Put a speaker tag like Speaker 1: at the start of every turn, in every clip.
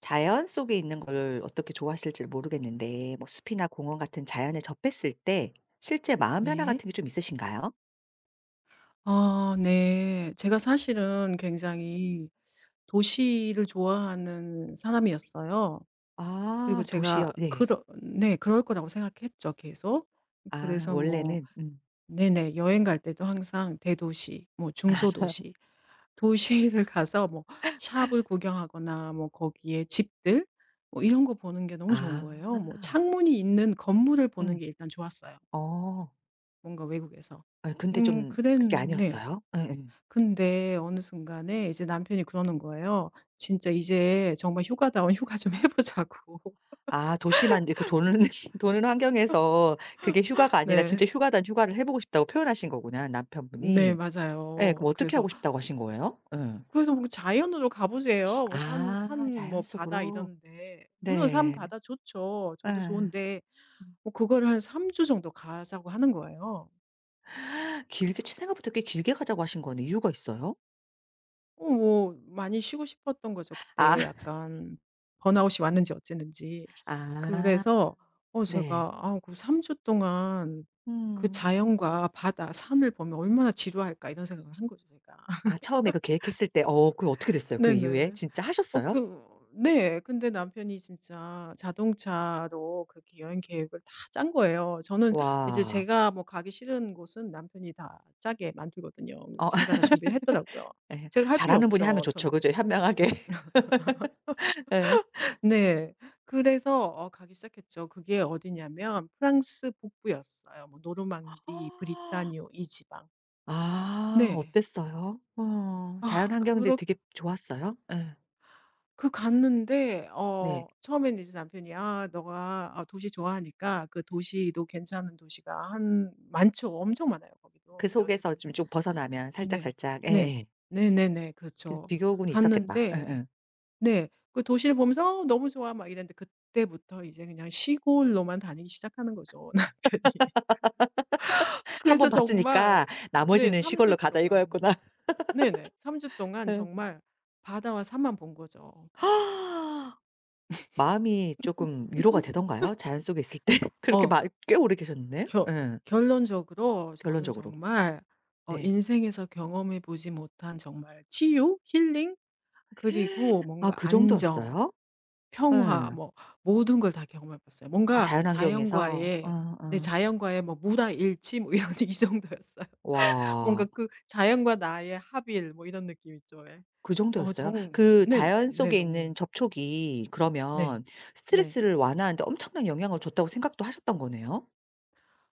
Speaker 1: 자연 속에 있는 걸 어떻게 좋아하실지를 모르겠는데 뭐 숲이나 공원 같은 자연에 접했을 때 실제 마음 변화
Speaker 2: 네.
Speaker 1: 같은 게 좀 있으신가요?
Speaker 2: 아 네. 제가 사실은 굉장히 도시를 좋아하는 사람이었어요. 그리고
Speaker 1: 아
Speaker 2: 제가
Speaker 1: 도시요. 네.
Speaker 2: 그러 네 그럴 거라고 생각했죠 계속.
Speaker 1: 아
Speaker 2: 그래서 뭐
Speaker 1: 원래는.
Speaker 2: 네네 여행 갈 때도 항상 대도시, 뭐 중소도시, 도시를 가서 뭐 샵을 구경하거나 뭐 거기에 집들 뭐 이런 거 보는 게 너무 좋은 거예요. 뭐
Speaker 1: 아.
Speaker 2: 창문이 있는 건물을 보는
Speaker 1: 음.
Speaker 2: 게 일단 좋았어요,
Speaker 1: 어.
Speaker 2: 뭔가 외국에서.
Speaker 1: 아, 근데 좀
Speaker 2: 그랬
Speaker 1: 그게
Speaker 2: 네.
Speaker 1: 아니었어요? 예예.
Speaker 2: 근데 어느 순간에 이제 남편이 그러는 거예요. "진짜 이제 정말 휴가다운 휴가 좀 해 보자고."
Speaker 1: 아 도시만 이렇게 도는 도는 환경에서 그게 휴가가 아니라 진짜
Speaker 2: 네.
Speaker 1: 휴가단 휴가를 해 보고 싶다고 표현하신 거구나
Speaker 2: 네
Speaker 1: 남편분이. 예.
Speaker 2: 맞아요.
Speaker 1: 그럼 어떻게
Speaker 2: 그래서
Speaker 1: 하고 싶다고 하신 거예요? 예.
Speaker 2: "그래서 뭐 자연으로 가 보세요. 뭐 산
Speaker 1: 아
Speaker 2: 산
Speaker 1: 자연
Speaker 2: 뭐 바다
Speaker 1: 속으로.
Speaker 2: 이런데." 물론 산
Speaker 1: 네.
Speaker 2: 바다 좋죠. 저도
Speaker 1: 예.
Speaker 2: 좋은데
Speaker 1: 음.
Speaker 2: 뭐 그거를 한 3주 정도 가자고 하는 거예요.
Speaker 1: 길게 치 생각보다 꽤 길게 가자고 하신 거는 이유가 있어요?
Speaker 2: 뭐 많이 쉬고 싶었던 거죠.
Speaker 1: 아.
Speaker 2: 그때 약간 번아웃이 왔는지 어쨌는지.
Speaker 1: 아
Speaker 2: 그래서
Speaker 1: 네.
Speaker 2: 제가 "아 그삼3주 동안 그
Speaker 1: 음.
Speaker 2: 자연과 바다, 산을 보면 '얼마나 지루할까.' 이런 생각을 한 거죠 제가.
Speaker 1: 아 처음에 그 계획했을 때 어 그 어떻게 됐어요? 그 이후에
Speaker 2: 네네.
Speaker 1: 진짜
Speaker 2: 어
Speaker 1: 하셨어요?
Speaker 2: 그 네. 근데 남편이 진짜 자동차로 그렇게 여행 계획을 다 짠 거예요. 저는 이제
Speaker 1: 와.
Speaker 2: 제가 뭐 가기 싫은 곳은 남편이 다 짜게 만들거든요. 그래서
Speaker 1: 어
Speaker 2: 자기가 다 준비를 했더라고요.
Speaker 1: 예.
Speaker 2: 제가 할 필요
Speaker 1: 잘하는 분이 하면
Speaker 2: 없죠
Speaker 1: 좋죠.
Speaker 2: 전.
Speaker 1: 그죠? 현명하게. 예.
Speaker 2: 네. 그래서 가기 시작했죠. 그게 어디냐면 프랑스 북부였어요. 뭐 노르망디, 브리타뉴 이 지방.
Speaker 1: 아
Speaker 2: 네.
Speaker 1: 어땠어요? 어 자연
Speaker 2: 아
Speaker 1: 환경들이
Speaker 2: 그렇
Speaker 1: 되게 좋았어요? 예.
Speaker 2: 그 갔는데
Speaker 1: 네.
Speaker 2: 처음에는 이제 남편이 "아 너가 아 도시 좋아하니까 그 도시도 괜찮은 도시가 한" 많죠. 엄청 많아요 거기도.
Speaker 1: 그
Speaker 2: 근데
Speaker 1: 속에서
Speaker 2: 어쨌든
Speaker 1: 좀 벗어나면
Speaker 2: 네.
Speaker 1: 살짝살짝
Speaker 2: 네.
Speaker 1: 예예.
Speaker 2: 네네네.
Speaker 1: 그래서
Speaker 2: 그렇죠. 음.
Speaker 1: 비교군이 있었겠다.
Speaker 2: 갔는데
Speaker 1: 예예.
Speaker 2: 네 그 도시를 보면서 "어 너무 좋아." 막 이랬는데 그때부터 이제 그냥 시골로만 다니기 시작하는 거죠 남편이.
Speaker 1: 한 번
Speaker 2: 그래서 정말
Speaker 1: 봤으니까
Speaker 2: 네
Speaker 1: '나머지는
Speaker 2: 3주
Speaker 1: 시골로 가자.'
Speaker 2: 동안
Speaker 1: 이거였구나.
Speaker 2: 네네 3주 동안
Speaker 1: 예.
Speaker 2: 정말 바다와 산만 본 거죠.
Speaker 1: 마음이 쪼끔 위로가 되던가요? 자연 속에 있을 때? 그렇게
Speaker 2: 어.
Speaker 1: 마 꽤 오래 계셨네.
Speaker 2: 겨
Speaker 1: 예.
Speaker 2: 결론적으로 저는
Speaker 1: 결론적으로.
Speaker 2: 정말
Speaker 1: 네.
Speaker 2: 인생에서 경험해 보지 못한 정말 치유, 힐링 그리고
Speaker 1: 아
Speaker 2: 뭔가
Speaker 1: 그
Speaker 2: 안정,
Speaker 1: 정도였어요?
Speaker 2: 평화
Speaker 1: 예.
Speaker 2: 뭐 모든 걸 다 경험해 봤어요.
Speaker 1: 아
Speaker 2: 뭔가
Speaker 1: 자연환경에서. 어
Speaker 2: 자연과의 네
Speaker 1: 어.
Speaker 2: 자연과의 뭐 무라일치 뭐 이런 이 정도였어요. 뭔가
Speaker 1: 와.
Speaker 2: 그 자연과 나의 합일 뭐 이런 느낌 있죠 왜.
Speaker 1: 그
Speaker 2: 어
Speaker 1: 정도였어요?
Speaker 2: 정
Speaker 1: 그
Speaker 2: 네.
Speaker 1: 자연
Speaker 2: 네
Speaker 1: 속에
Speaker 2: 너무
Speaker 1: 있는 접촉이
Speaker 2: 네.
Speaker 1: 그러면
Speaker 2: 네.
Speaker 1: 스트레스를 완화하는데 엄청난 영향을 줬다고 생각도 하셨던 거네요?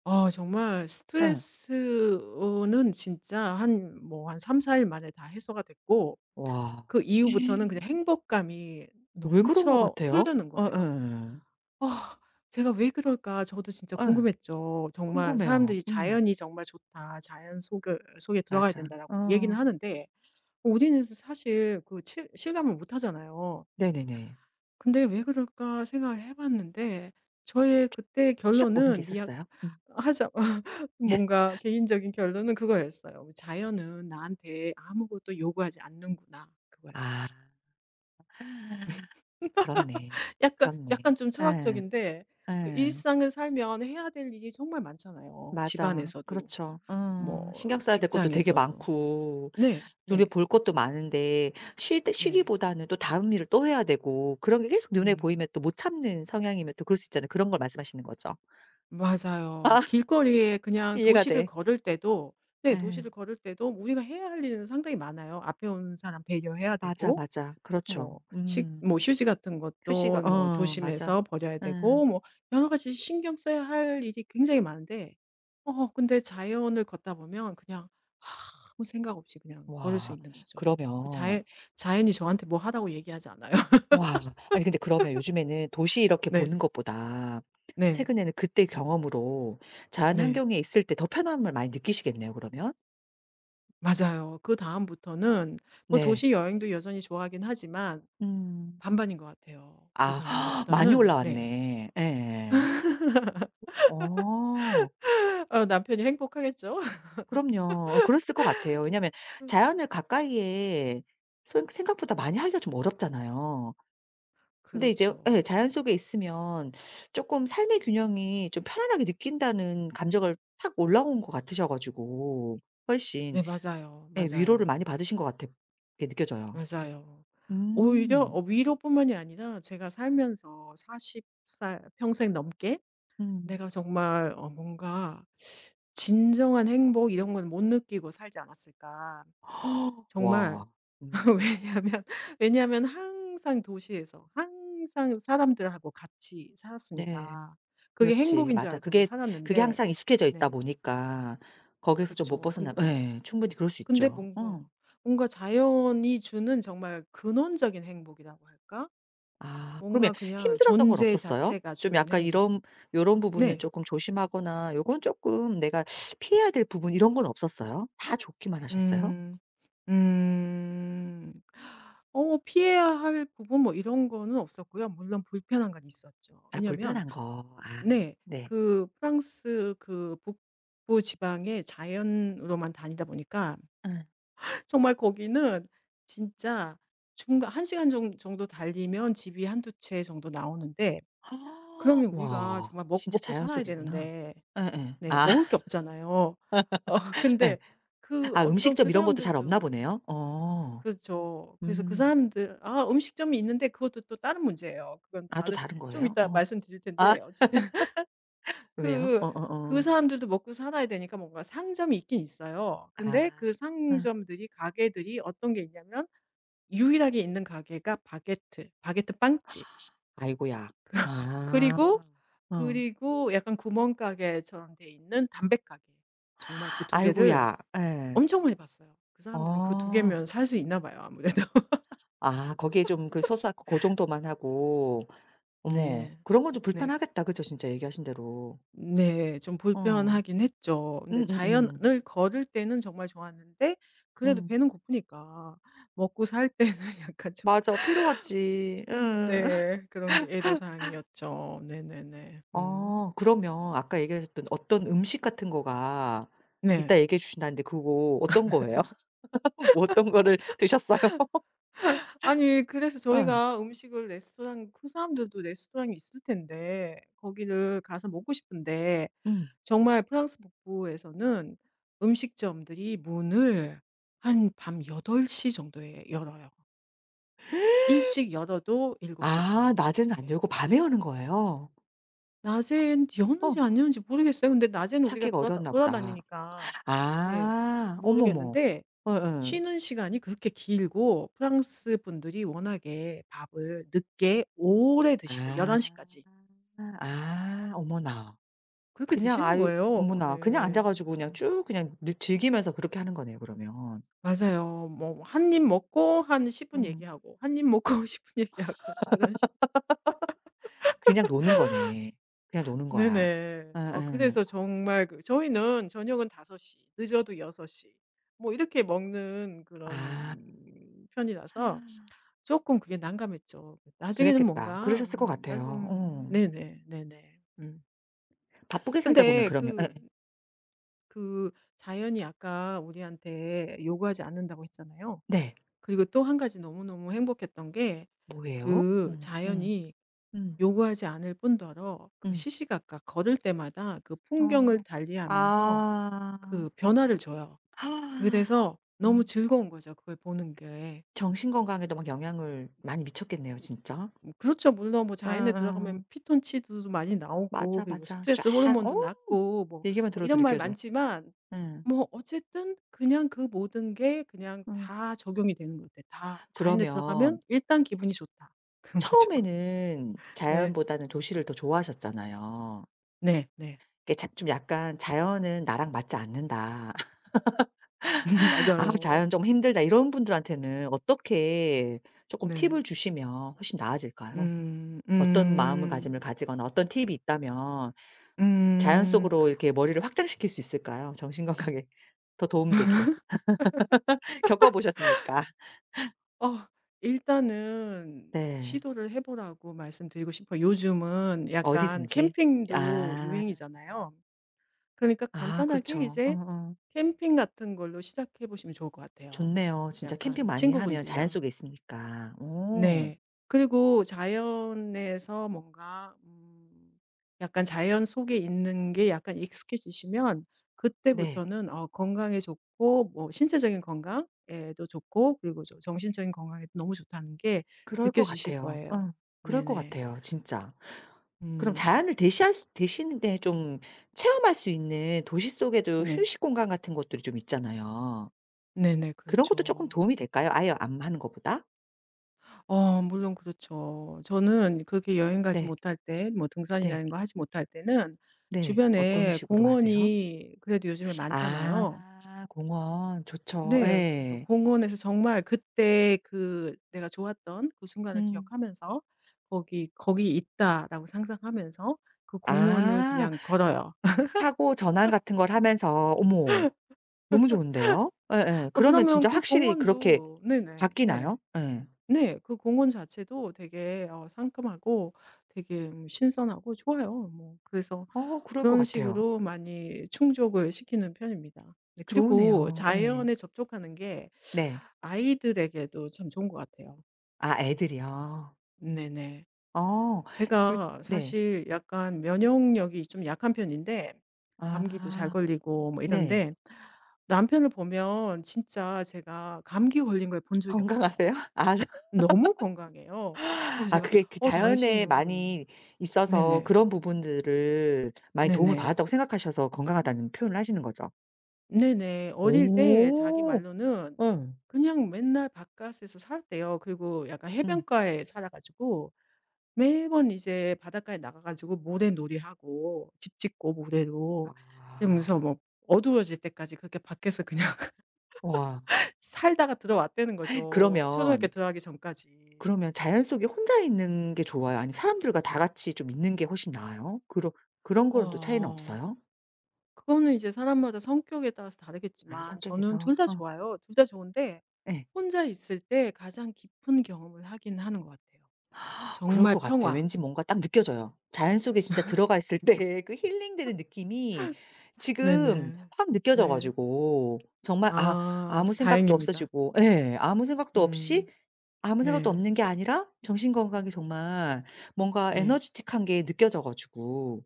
Speaker 2: 아 정말
Speaker 1: 예.
Speaker 2: 스트레스는 진짜 한 3-4일 만에 다 해소가 됐고
Speaker 1: 와.
Speaker 2: 그 이후부터는 그냥 행복감이
Speaker 1: 왜 그런 것
Speaker 2: 넘쳐
Speaker 1: 같아요?
Speaker 2: 흐르는 거예요.
Speaker 1: 예예.
Speaker 2: 아 제가 '왜 그럴까?' 저도 진짜
Speaker 1: 예.
Speaker 2: 궁금했죠. 정말
Speaker 1: 궁금해요.
Speaker 2: 사람들이
Speaker 1: 음.
Speaker 2: "자연이 정말 좋다. 자연 속에 들어가야
Speaker 1: 맞아.
Speaker 2: 된다."라고 얘기는
Speaker 1: 어.
Speaker 2: 하는데 우리는 사실 실감을 못 하잖아요.
Speaker 1: 네네네.
Speaker 2: 근데 '왜 그럴까?' 생각을 해 봤는데 저의 그때
Speaker 1: 탁 오는 게
Speaker 2: 결론은 미약
Speaker 1: 있었어요? 음.
Speaker 2: 하자 뭔가 개인적인 결론은 그거였어요. '자연은 나한테 아무것도 요구하지 않는구나.' 그거였어요.
Speaker 1: 아. 그렇네.
Speaker 2: 약간
Speaker 1: 그렇네.
Speaker 2: 약간 좀
Speaker 1: 예.
Speaker 2: 철학적인데 그
Speaker 1: 예.
Speaker 2: 일상을 살면 해야 될 일이 정말 많잖아요.
Speaker 1: 맞아.
Speaker 2: 집안에서도
Speaker 1: 그렇죠. 어.
Speaker 2: 뭐
Speaker 1: 신경 써야 될 것도 되게
Speaker 2: 직장에서도.
Speaker 1: 많고
Speaker 2: 네.
Speaker 1: 눈에
Speaker 2: 네.
Speaker 1: 볼 것도 많은데 쉴
Speaker 2: 네.
Speaker 1: 쉬기보다는 또 다른 일을 또 해야 되고 그런 게 계속 눈에
Speaker 2: 음.
Speaker 1: 보이면 또 못 참는 성향이면 또 그럴 수 있잖아요. 그런 걸 말씀하시는 거죠.
Speaker 2: 맞아요.
Speaker 1: 아
Speaker 2: 길거리에 그냥
Speaker 1: 이해가
Speaker 2: 도시를
Speaker 1: 돼.
Speaker 2: 걸을 때도 네
Speaker 1: 예.
Speaker 2: 도시를 걸을 때도 우리가 해야 할 일은 상당히 많아요. 앞에 오는 사람 배려해야
Speaker 1: 맞아,
Speaker 2: 되고
Speaker 1: 맞아.
Speaker 2: 뭐
Speaker 1: 그렇죠.
Speaker 2: 식
Speaker 1: 음.
Speaker 2: 뭐 휴지 같은
Speaker 1: 휴식을
Speaker 2: 것도 뭐
Speaker 1: 어 맞아.
Speaker 2: 조심해서 버려야
Speaker 1: 예.
Speaker 2: 되고 뭐 여러 가지 신경 써야 할 일이 굉장히 많은데 근데 자연을 걷다 보면 그냥 아무 생각 없이 그냥 걸을 수
Speaker 1: 와.
Speaker 2: 있는 거죠. 그
Speaker 1: 그러면
Speaker 2: 자연 자연이 저한테 뭐 하라고 얘기하지 않아요.
Speaker 1: 와 아니 근데 그러면 요즘에는 도시 이렇게
Speaker 2: 네.
Speaker 1: 보는 것보다
Speaker 2: 네.
Speaker 1: 최근에는 그때 경험으로 자연
Speaker 2: 네.
Speaker 1: 환경에 있을 때 더 편함을 많이 느끼시겠네요 그러면?
Speaker 2: 맞아요. 그다음부터는 뭐
Speaker 1: 네.
Speaker 2: 도시 여행도 여전히 좋아하긴 하지만
Speaker 1: 음.
Speaker 2: 반반인 것 같아요.
Speaker 1: 아 많이
Speaker 2: 그다음부터는 네.
Speaker 1: 올라왔네. 예 어.
Speaker 2: 남편이 행복하겠죠?
Speaker 1: 그럼요. 어 그랬을 것 같아요. 왜냐하면 자연을 가까이에 소 생각보다 많이 하기가 좀 어렵잖아요. 근데 이제 예
Speaker 2: 그렇죠.
Speaker 1: 자연 속에 있으면 쪼끔 삶의 균형이 좀 편안하게 느낀다는 감정을 탁 올라온 것 같으셔 가지고 훨씬
Speaker 2: 네 맞아요.
Speaker 1: 예 위로를 많이
Speaker 2: 맞아요.
Speaker 1: 받으신 것 같아 게 느껴져요.
Speaker 2: 맞아요. 오히려
Speaker 1: 음.
Speaker 2: 위로뿐만이 아니라 제가 살면서 40살 평생 넘게
Speaker 1: 음.
Speaker 2: 내가 정말 뭔가 진정한 행복 이런 건 못 느끼고 살지 않았을까. 정말
Speaker 1: 와. 음.
Speaker 2: 왜냐하면 왜냐하면 항상 도시에서 항상 사람들하고 같이
Speaker 1: 네.
Speaker 2: 살았으니까 그게
Speaker 1: 그렇지.
Speaker 2: 행복인 줄
Speaker 1: 맞아.
Speaker 2: 알고
Speaker 1: 그게 그게
Speaker 2: 살았는데
Speaker 1: 항상 익숙해져 있다
Speaker 2: 네
Speaker 1: 보니까 거기에서 좀 못
Speaker 2: 그렇죠.
Speaker 1: 벗어나
Speaker 2: 근
Speaker 1: 예 충분히 그럴 수
Speaker 2: 근데
Speaker 1: 있죠.
Speaker 2: 뭔가,
Speaker 1: 어.
Speaker 2: 뭔가 자연이 주는 정말 근원적인 행복이라고 할까?
Speaker 1: 아 그러면
Speaker 2: 뭔가 그냥
Speaker 1: 힘들었던 건
Speaker 2: 존재
Speaker 1: 없었어요?
Speaker 2: 자체가
Speaker 1: 좀
Speaker 2: 주는
Speaker 1: 약간
Speaker 2: 행복.
Speaker 1: 이런 요런 부분은
Speaker 2: 네.
Speaker 1: 조금 조심하거나 요건 조금 내가 피해야 될 부분 이런 건 없었어요? 다 좋기만 하셨어요?
Speaker 2: 음. 음. 피해야 할 부분 뭐 이런 거는 없었고요. 물론 불편한 건 있었죠.
Speaker 1: 아
Speaker 2: 왜냐면
Speaker 1: 불편한 거. 아
Speaker 2: 네.
Speaker 1: 네.
Speaker 2: 그 프랑스 그 북부 지방의 자연으로만 다니다 보니까
Speaker 1: 응,
Speaker 2: 정말 거기는 진짜 중간 한 시간 정 정도 달리면 집이 한 두 채 정도 나오는데 그러면 우리가
Speaker 1: 와
Speaker 2: 정말 먹
Speaker 1: 진짜
Speaker 2: 먹고
Speaker 1: 자연
Speaker 2: 살아야
Speaker 1: 속이구나.
Speaker 2: 되는데
Speaker 1: 예
Speaker 2: 네
Speaker 1: 아
Speaker 2: 먹을 게 없잖아요.
Speaker 1: 예.
Speaker 2: 근데 그
Speaker 1: 아
Speaker 2: 어떤
Speaker 1: 음식점
Speaker 2: 그
Speaker 1: 이런 것도 잘 없나
Speaker 2: 사람들도
Speaker 1: 보네요. 어.
Speaker 2: 그렇죠. 그래서 그
Speaker 1: 음.
Speaker 2: 사람들 아 음식점이 있는데 그것도 또 다른 문제예요. 그건
Speaker 1: 아 또
Speaker 2: 다른
Speaker 1: 다른
Speaker 2: 좀
Speaker 1: 거예요?
Speaker 2: 이따
Speaker 1: 어.
Speaker 2: 말씀드릴
Speaker 1: 아
Speaker 2: 텐데 어쨌든
Speaker 1: 왜요?
Speaker 2: 그 그
Speaker 1: 어어어.
Speaker 2: 사람들도 먹고 살아야 되니까 뭔가 상점이 있긴 있어요.
Speaker 1: 아.
Speaker 2: 근데 그
Speaker 1: 아.
Speaker 2: 상점들이 가게들이 어떤 게 있냐면 유일하게 있는 가게가 바게트 빵집.
Speaker 1: 아이고야. 아.
Speaker 2: 그리고,
Speaker 1: 어.
Speaker 2: 그리고 약간 구멍가게처럼 돼 있는 담배가게. 정말 그 두 개를
Speaker 1: 아이고야. 예.
Speaker 2: 엄청 많이 봤어요. 그 사람들은 그 두
Speaker 1: 아.
Speaker 2: 개면 살 수 있나 봐요 아무래도.
Speaker 1: 아 거기에 좀 그 소소하고 그 정도만 하고. 어머
Speaker 2: 네.
Speaker 1: 그런 건 좀
Speaker 2: 네.
Speaker 1: 불편하겠다. 그죠? 진짜 얘기하신 대로.
Speaker 2: 네. 좀
Speaker 1: 어.
Speaker 2: 불편하긴 했죠. 근데
Speaker 1: 응응응 응 응,
Speaker 2: 자연을 걸을 때는 정말 좋았는데 그래도
Speaker 1: 응.
Speaker 2: 배는 고프니까 먹고 살 때는 약간 좀
Speaker 1: 맞아. 필요하지. 응
Speaker 2: 네. 그런 게 애로사항이었죠. 네네네. 음.
Speaker 1: 어 그러면 아까 얘기하셨던 어떤 음식 같은 거가 이따
Speaker 2: 네.
Speaker 1: 얘기해 주신다는데 그거 어떤 거예요? 뭐 어떤 거를 드셨어요?
Speaker 2: 아니 그래서
Speaker 1: 응
Speaker 2: 저희가 음식을 레스토랑 그 사람들도 레스토랑이 있을 텐데 거기를 가서 먹고 싶은데
Speaker 1: 응
Speaker 2: 정말 프랑스 북부에서는 음식점들이 문을 한 밤8덟시 정도에 열어요. 일찍 열어도 7시
Speaker 1: 아
Speaker 2: 반 뭐
Speaker 1: 낮에는 안
Speaker 2: 이렇게.
Speaker 1: 열고 밤에 여는 거예요?
Speaker 2: 낮엔
Speaker 1: 어
Speaker 2: 여는지 안 여는지 모르겠어요. 근데 낮에는 우리가
Speaker 1: 찾기가 어려웠나 보다.
Speaker 2: 돌아다니니까 네
Speaker 1: 아 어머머.
Speaker 2: 모르겠는데
Speaker 1: 응응
Speaker 2: 쉬는 시간이 그렇게 길고 프랑스 분들이 워낙에 밥을 늦게 오래 드시다 1
Speaker 1: 아.
Speaker 2: 1시 까지
Speaker 1: 아 어머나.
Speaker 2: 그렇게
Speaker 1: 그냥
Speaker 2: 드시는
Speaker 1: 아유
Speaker 2: 거예요.
Speaker 1: 어머나. 그냥
Speaker 2: 네.
Speaker 1: 앉아 가지고 그냥 쭉 그냥 느 즐기면서 그렇게 하는 거네요 그러면.
Speaker 2: 맞아요. 뭐 한 입 먹고 한 10분
Speaker 1: 음.
Speaker 2: 얘기하고 한 입 먹고 10분 얘기하고 그런 식
Speaker 1: 그냥 노는 거네. 그냥 노는 거야.
Speaker 2: 네네.
Speaker 1: 예예.
Speaker 2: 그래서 정말 그 저희는 저녁은 5섯시 늦어도 6섯시 뭐 이렇게 먹는
Speaker 1: 아
Speaker 2: 그런 편이라서 조금 그게 난감했죠. 나중에는
Speaker 1: 그랬겠다.
Speaker 2: 뭔가
Speaker 1: 그러셨을 것 같아요.
Speaker 2: 나중
Speaker 1: 어.
Speaker 2: 네네. 네네. 음.
Speaker 1: 바쁘게 살다 보면
Speaker 2: 근데
Speaker 1: 그러면 예예.
Speaker 2: 그 자연이 아까 우리한테 요구하지 않는다고 했잖아요.
Speaker 1: 네.
Speaker 2: 그리고 또 한 가지 너무너무 행복했던 게
Speaker 1: 뭐예요?
Speaker 2: 그 자연이
Speaker 1: 음
Speaker 2: 요구하지 않을 뿐더러 그
Speaker 1: 음.
Speaker 2: 시시각각 걸을 때마다 그 풍경을
Speaker 1: 어.
Speaker 2: 달리하면서
Speaker 1: 아.
Speaker 2: 그 변화를 줘요. 그래서 너무
Speaker 1: 음.
Speaker 2: 즐거운 거죠, 그걸 보는 게.
Speaker 1: 정신 건강에도 막 영향을 많이 미쳤겠네요 진짜.
Speaker 2: 그렇죠. 물론 뭐 자연에 들어가면
Speaker 1: 예예.
Speaker 2: 피톤치드도 많이 나오고
Speaker 1: 맞아,
Speaker 2: 그리고
Speaker 1: 맞아.
Speaker 2: 스트레스
Speaker 1: 쫙 어
Speaker 2: 호르몬도 낮고 뭐
Speaker 1: 얘기만
Speaker 2: 뭐
Speaker 1: 들어도
Speaker 2: 이런 말
Speaker 1: 느껴져.
Speaker 2: 많지만
Speaker 1: 예.
Speaker 2: 뭐 어쨌든 그냥 그 모든 게 그냥
Speaker 1: 음.
Speaker 2: 다 적용이 되는 것 같아요. 다 자연에
Speaker 1: 그러면
Speaker 2: 들어가면 일단 기분이 좋다. 그런 거죠.
Speaker 1: 처음에는
Speaker 2: 네.
Speaker 1: 자연보다는 도시를 더 좋아하셨잖아요.
Speaker 2: 네. 네.
Speaker 1: 이게 자 좀 약간 '자연은 나랑 맞지 않는다. 아
Speaker 2: 맞아요.
Speaker 1: 자연 좀 힘들다.' 이런 분들한테는 어떻게 조금
Speaker 2: 네.
Speaker 1: 팁을 주시면 훨씬 나아질까요?
Speaker 2: 음.
Speaker 1: 어떤
Speaker 2: 음.
Speaker 1: 마음가짐을 가지거나 어떤 팁이 있다면 자연
Speaker 2: 음.
Speaker 1: 속으로 이렇게 머리를 확장시킬 수 있을까요? 정신 건강에 더 도움되게. 겪어 보셨으니까.
Speaker 2: 어 일단은
Speaker 1: 네.
Speaker 2: 시도를 해 보라고 말씀드리고 싶어요. 요즘은 약간
Speaker 1: 어디든지.
Speaker 2: 캠핑도
Speaker 1: 아.
Speaker 2: 유행이잖아요. 그러니까
Speaker 1: 아
Speaker 2: 간단하게
Speaker 1: 그렇죠.
Speaker 2: 이제
Speaker 1: 어어.
Speaker 2: 캠핑 같은 걸로 시작해 보시면 좋을 것 같아요.
Speaker 1: 좋네요. 진짜 캠핑
Speaker 2: 약간
Speaker 1: 많이 하면 자연
Speaker 2: 친구분들이랑
Speaker 1: 속에 있으니까. 오,
Speaker 2: 네. 그리고 자연에서 뭔가 약간 자연 속에 있는 게 약간 익숙해지시면
Speaker 1: 네.
Speaker 2: 그때부터는 건강에 좋고 뭐 신체적인 건강에도 좋고 그리고 정신적인 건강에도 너무 좋다는 게
Speaker 1: 그럴 것
Speaker 2: 느껴지실
Speaker 1: 같아요.
Speaker 2: 거예요.
Speaker 1: 어. 그럴 것
Speaker 2: 네네.
Speaker 1: 같아요 진짜. 그럼
Speaker 2: 음.
Speaker 1: 자연을 대시할 수 대신에 좀 체험할 수 있는 도시 속에도
Speaker 2: 네.
Speaker 1: 휴식 공간 같은 것들이 좀 있잖아요.
Speaker 2: 네네.
Speaker 1: 그런 것도 조금
Speaker 2: 그렇죠.
Speaker 1: 도움이 될까요? 아예 안 하는 것보다?
Speaker 2: 물론 그렇죠. 저는 그렇게 여행 가지
Speaker 1: 네.
Speaker 2: 못할 때 뭐 등산이나
Speaker 1: 네.
Speaker 2: 이런 거 하지 못할 때는
Speaker 1: 네. 어떤
Speaker 2: 주변에
Speaker 1: 식으로 하세요?
Speaker 2: 공원이 그래도 요즘에
Speaker 1: 아
Speaker 2: 많잖아요.
Speaker 1: 공원 좋죠.
Speaker 2: 네. 그래서
Speaker 1: 예.
Speaker 2: 공원에서 정말 그때 그 내가 좋았던 그 순간을
Speaker 1: 음.
Speaker 2: 기억하면서 '거기 있다.'라고 상상하면서 그 공원을
Speaker 1: 아
Speaker 2: 그냥 걸어요.
Speaker 1: 사고 전환 같은 걸 하면서 어머. 너무 좋은데요. 예예. 그러면
Speaker 2: 그러면
Speaker 1: 진짜
Speaker 2: 그
Speaker 1: 확실히 그렇게
Speaker 2: 공원도 네네.
Speaker 1: 바뀌나요?
Speaker 2: 네.
Speaker 1: 예.
Speaker 2: 네. 그 공원 자체도 되게 상큼하고 되게 신선하고 좋아요. 뭐 그래서
Speaker 1: 어 그럴 것
Speaker 2: 그런
Speaker 1: 같아요.
Speaker 2: 식으로 많이 충족을 시키는 편입니다. 네 그리고
Speaker 1: 좋으네요. 예.
Speaker 2: 자연에 접촉하는 게
Speaker 1: 네.
Speaker 2: 아이들에게도 참 좋은 것 같아요.
Speaker 1: 아 애들이요.
Speaker 2: 네네.
Speaker 1: 어. 요
Speaker 2: 제가
Speaker 1: 네.
Speaker 2: 사실 약간 면역력이 좀 약한 편인데 감기도 잘
Speaker 1: 아
Speaker 2: 걸리고 뭐
Speaker 1: 네.
Speaker 2: 이런데 남편을 보면 진짜 제가 감기 걸린 걸 본 적이 없어요.
Speaker 1: 건강하세요? 아
Speaker 2: 너무 건강해요. 그래서
Speaker 1: 아
Speaker 2: 제가
Speaker 1: 그게 그
Speaker 2: "어
Speaker 1: 자연에
Speaker 2: 당신은"
Speaker 1: 많이 있어서
Speaker 2: 네네.
Speaker 1: 그런 부분들을 많이 도움을
Speaker 2: 네네.
Speaker 1: 받았다고 생각하셔서 건강하다는 표현을 하시는 거죠?
Speaker 2: 네네. 어릴 때 자기
Speaker 1: 오.
Speaker 2: 말로는
Speaker 1: 예.
Speaker 2: 그냥 맨날 바깥에서 살았대요. 그리고 약간
Speaker 1: 음.
Speaker 2: 해변가에 살아 가지고 매번 이제 바닷가에 나가 가지고 모래놀이하고 집 짓고 모래로 이러면서
Speaker 1: 아.
Speaker 2: 뭐 어두워질 때까지 그렇게 밖에서 그냥
Speaker 1: 와.
Speaker 2: 살다가 들어왔다는 거죠, 초등학교
Speaker 1: 그러면
Speaker 2: 들어가기 전까지.
Speaker 1: 그러면 자연 속에 혼자 있는 게 좋아요? 아니면 사람들과 다 같이 좀 있는 게 훨씬 나아요? 그런 거는 또 차이는
Speaker 2: 어.
Speaker 1: 없어요?
Speaker 2: 그거는 이제 사람마다 성격에 따라서
Speaker 1: 아
Speaker 2: 다르겠지만 저는
Speaker 1: 성격에서.
Speaker 2: 둘 다
Speaker 1: 어
Speaker 2: 좋아요. 둘 다 좋은데
Speaker 1: 예.
Speaker 2: 혼자 있을 때 가장 깊은 경험을 하긴 하는 것 같아요.
Speaker 1: 그럴
Speaker 2: 정말
Speaker 1: 것 같아.
Speaker 2: 평화.
Speaker 1: 왠지 뭔가 딱 느껴져요. 자연 속에 진짜 들어가 있을 때 그 힐링되는 느낌이 지금
Speaker 2: 네네.
Speaker 1: 확 느껴져
Speaker 2: 네.
Speaker 1: 가지고 정말 아
Speaker 2: 아
Speaker 1: 아무 생각도
Speaker 2: 다행입니다.
Speaker 1: 없어지고 예 아무 생각도 없이
Speaker 2: 음.
Speaker 1: 아무 생각도
Speaker 2: 네.
Speaker 1: 없는 게 아니라 정신 건강이 정말 뭔가
Speaker 2: 네.
Speaker 1: 에너지틱한 게 느껴져 가지고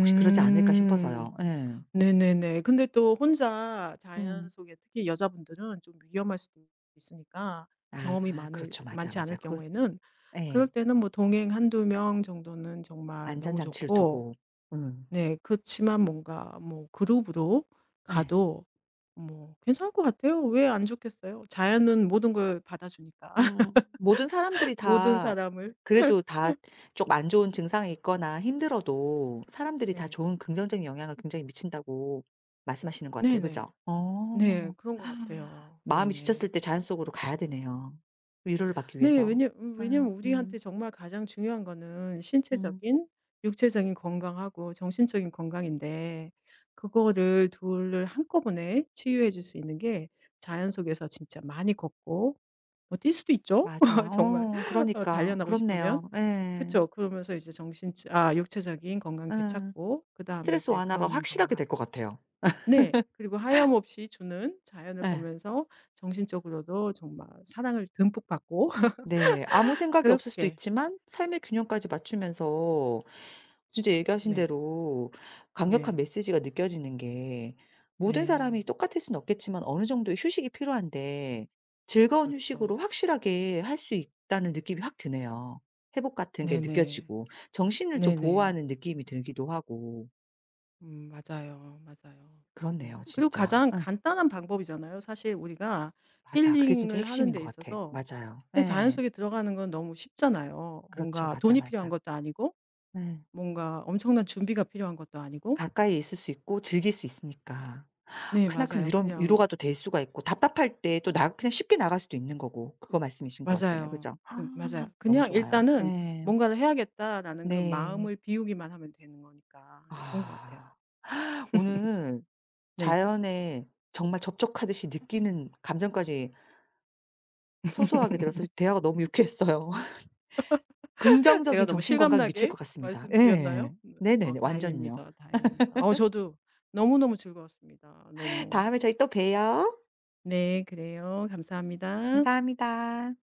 Speaker 1: 혹시 그러지 않을까 싶어서요. 예.
Speaker 2: 네네네. 근데 또 혼자 자연
Speaker 1: 음.
Speaker 2: 속에 특히 여자분들은 좀 위험할 수도 있으니까 경험이
Speaker 1: 아
Speaker 2: 많을
Speaker 1: 그렇죠. 맞아,
Speaker 2: 많지 않을
Speaker 1: 맞아. 그
Speaker 2: 경우에는 그럴
Speaker 1: 예.
Speaker 2: 때는 뭐 동행 한두 명 정도는 정말
Speaker 1: 안전
Speaker 2: 너무
Speaker 1: 장치를
Speaker 2: 좋고
Speaker 1: 두고. 음.
Speaker 2: 네 그렇지만 뭔가 뭐 그룹으로
Speaker 1: 예.
Speaker 2: 가도 뭐 괜찮을 것 같아요. 왜 안 좋겠어요? 자연은 모든 걸 받아주니까
Speaker 1: 모든 사람들이
Speaker 2: 모든
Speaker 1: 다
Speaker 2: 사람을.
Speaker 1: 그래도 다 좀 안 좋은 증상이 있거나 힘들어도 사람들이 다
Speaker 2: 네.
Speaker 1: 좋은 긍정적인 영향을 굉장히 미친다고 말씀하시는 것 같아요.
Speaker 2: 네네.
Speaker 1: 그죠? 어.
Speaker 2: 네. 그런 것 같아요.
Speaker 1: 마음이
Speaker 2: 네네.
Speaker 1: 지쳤을 때 자연 속으로 가야 되네요, 위로를 받기
Speaker 2: 네.
Speaker 1: 위해서. 음
Speaker 2: 왜냐면 우리한테
Speaker 1: 음
Speaker 2: 정말 가장 중요한 거는
Speaker 1: 음.
Speaker 2: 신체적인 육체적인 건강하고 정신적인 건강인데 그거를 둘을 한꺼번에 치유해 줄 수 있는 게 자연 속에서 진짜 많이 걷고 뭐 뛸 수도 있죠.
Speaker 1: 맞아.
Speaker 2: 정말
Speaker 1: 어 그러니까.
Speaker 2: 단련하고 싶으면.
Speaker 1: 그렇네요. 예.
Speaker 2: 그쵸. 그러면서 이제 정신 아 육체적인 건강
Speaker 1: 예.
Speaker 2: 되찾고 그다음에
Speaker 1: 스트레스
Speaker 2: 이제
Speaker 1: 완화가
Speaker 2: 그런
Speaker 1: 확실하게 될
Speaker 2: 정말
Speaker 1: 것 같아요.
Speaker 2: 네. 그리고 하염없이 주는 자연을
Speaker 1: 예.
Speaker 2: 보면서 정신적으로도 정말 사랑을 듬뿍 받고
Speaker 1: 네. 아무 생각이 없을 수도
Speaker 2: 그렇게
Speaker 1: 있지만 삶의 균형까지 맞추면서 진짜 얘기하신
Speaker 2: 네.
Speaker 1: 대로 강력한
Speaker 2: 네.
Speaker 1: 메시지가 느껴지는 게 모든 사람이
Speaker 2: 네.
Speaker 1: 똑같을 수는 없겠지만 어느 정도의 휴식이 필요한데 즐거운 휴식으로
Speaker 2: 그렇죠.
Speaker 1: 확실하게 할 수 있다는 느낌이 확 드네요. 회복 같은 게
Speaker 2: 네네.
Speaker 1: 느껴지고 정신을 좀
Speaker 2: 네네.
Speaker 1: 보호하는 느낌이 들기도 하고
Speaker 2: 맞아요, 맞아요.
Speaker 1: 그렇네요
Speaker 2: 그리고
Speaker 1: 진짜.
Speaker 2: 가장
Speaker 1: 응
Speaker 2: 간단한 방법이잖아요. 사실 우리가
Speaker 1: 맞아. 그게 진짜
Speaker 2: 힐링을 하는
Speaker 1: 핵심인
Speaker 2: 데
Speaker 1: 것 같아.
Speaker 2: 있어서
Speaker 1: 맞아요.
Speaker 2: 근데 자연
Speaker 1: 예.
Speaker 2: 속에 들어가는 건 너무 쉽잖아요.
Speaker 1: 그렇죠.
Speaker 2: 뭔가
Speaker 1: 맞아,
Speaker 2: 돈이 필요한
Speaker 1: 맞아.
Speaker 2: 것도 아니고
Speaker 1: 예.
Speaker 2: 뭔가 엄청난 준비가 필요한 것도 아니고.
Speaker 1: 가까이 있을 수 있고 즐길 수 있으니까.
Speaker 2: 네
Speaker 1: 크나큰
Speaker 2: 맞아요.
Speaker 1: 위로가
Speaker 2: 그냥
Speaker 1: 또 될 수가 있고 답답할 때 또 나 그냥 쉽게 나갈 수도 있는 거고 그거 말씀이신 것 같잖아요.
Speaker 2: 맞아요.
Speaker 1: 그죠? 아,
Speaker 2: 맞아요.
Speaker 1: 너무
Speaker 2: 그냥
Speaker 1: 좋아요.
Speaker 2: 일단은
Speaker 1: 네,
Speaker 2: '뭔가를 해야겠다.'라는 그
Speaker 1: 네.
Speaker 2: 마음을 비우기만 하면 되는 거니까 좋은 것 같아요.
Speaker 1: 아. 오늘
Speaker 2: 네.
Speaker 1: 자연에 정말 접촉하듯이 느끼는 감정까지 소소하게 들어서 대화가 너무 유쾌했어요.
Speaker 2: 제가
Speaker 1: 긍정적인
Speaker 2: 너무
Speaker 1: 정신 건강에 미칠 것
Speaker 2: 실감나게
Speaker 1: 같습니다. 예.
Speaker 2: 말씀드렸나요? 네.
Speaker 1: 네네네. 완전요.
Speaker 2: 다행입니다, 다행입니다. 저도 너무너무 즐거웠습니다. 너무.
Speaker 1: 다음에 저희 또 봬요.
Speaker 2: 네, 그래요. 감사합니다.
Speaker 1: 감사합니다.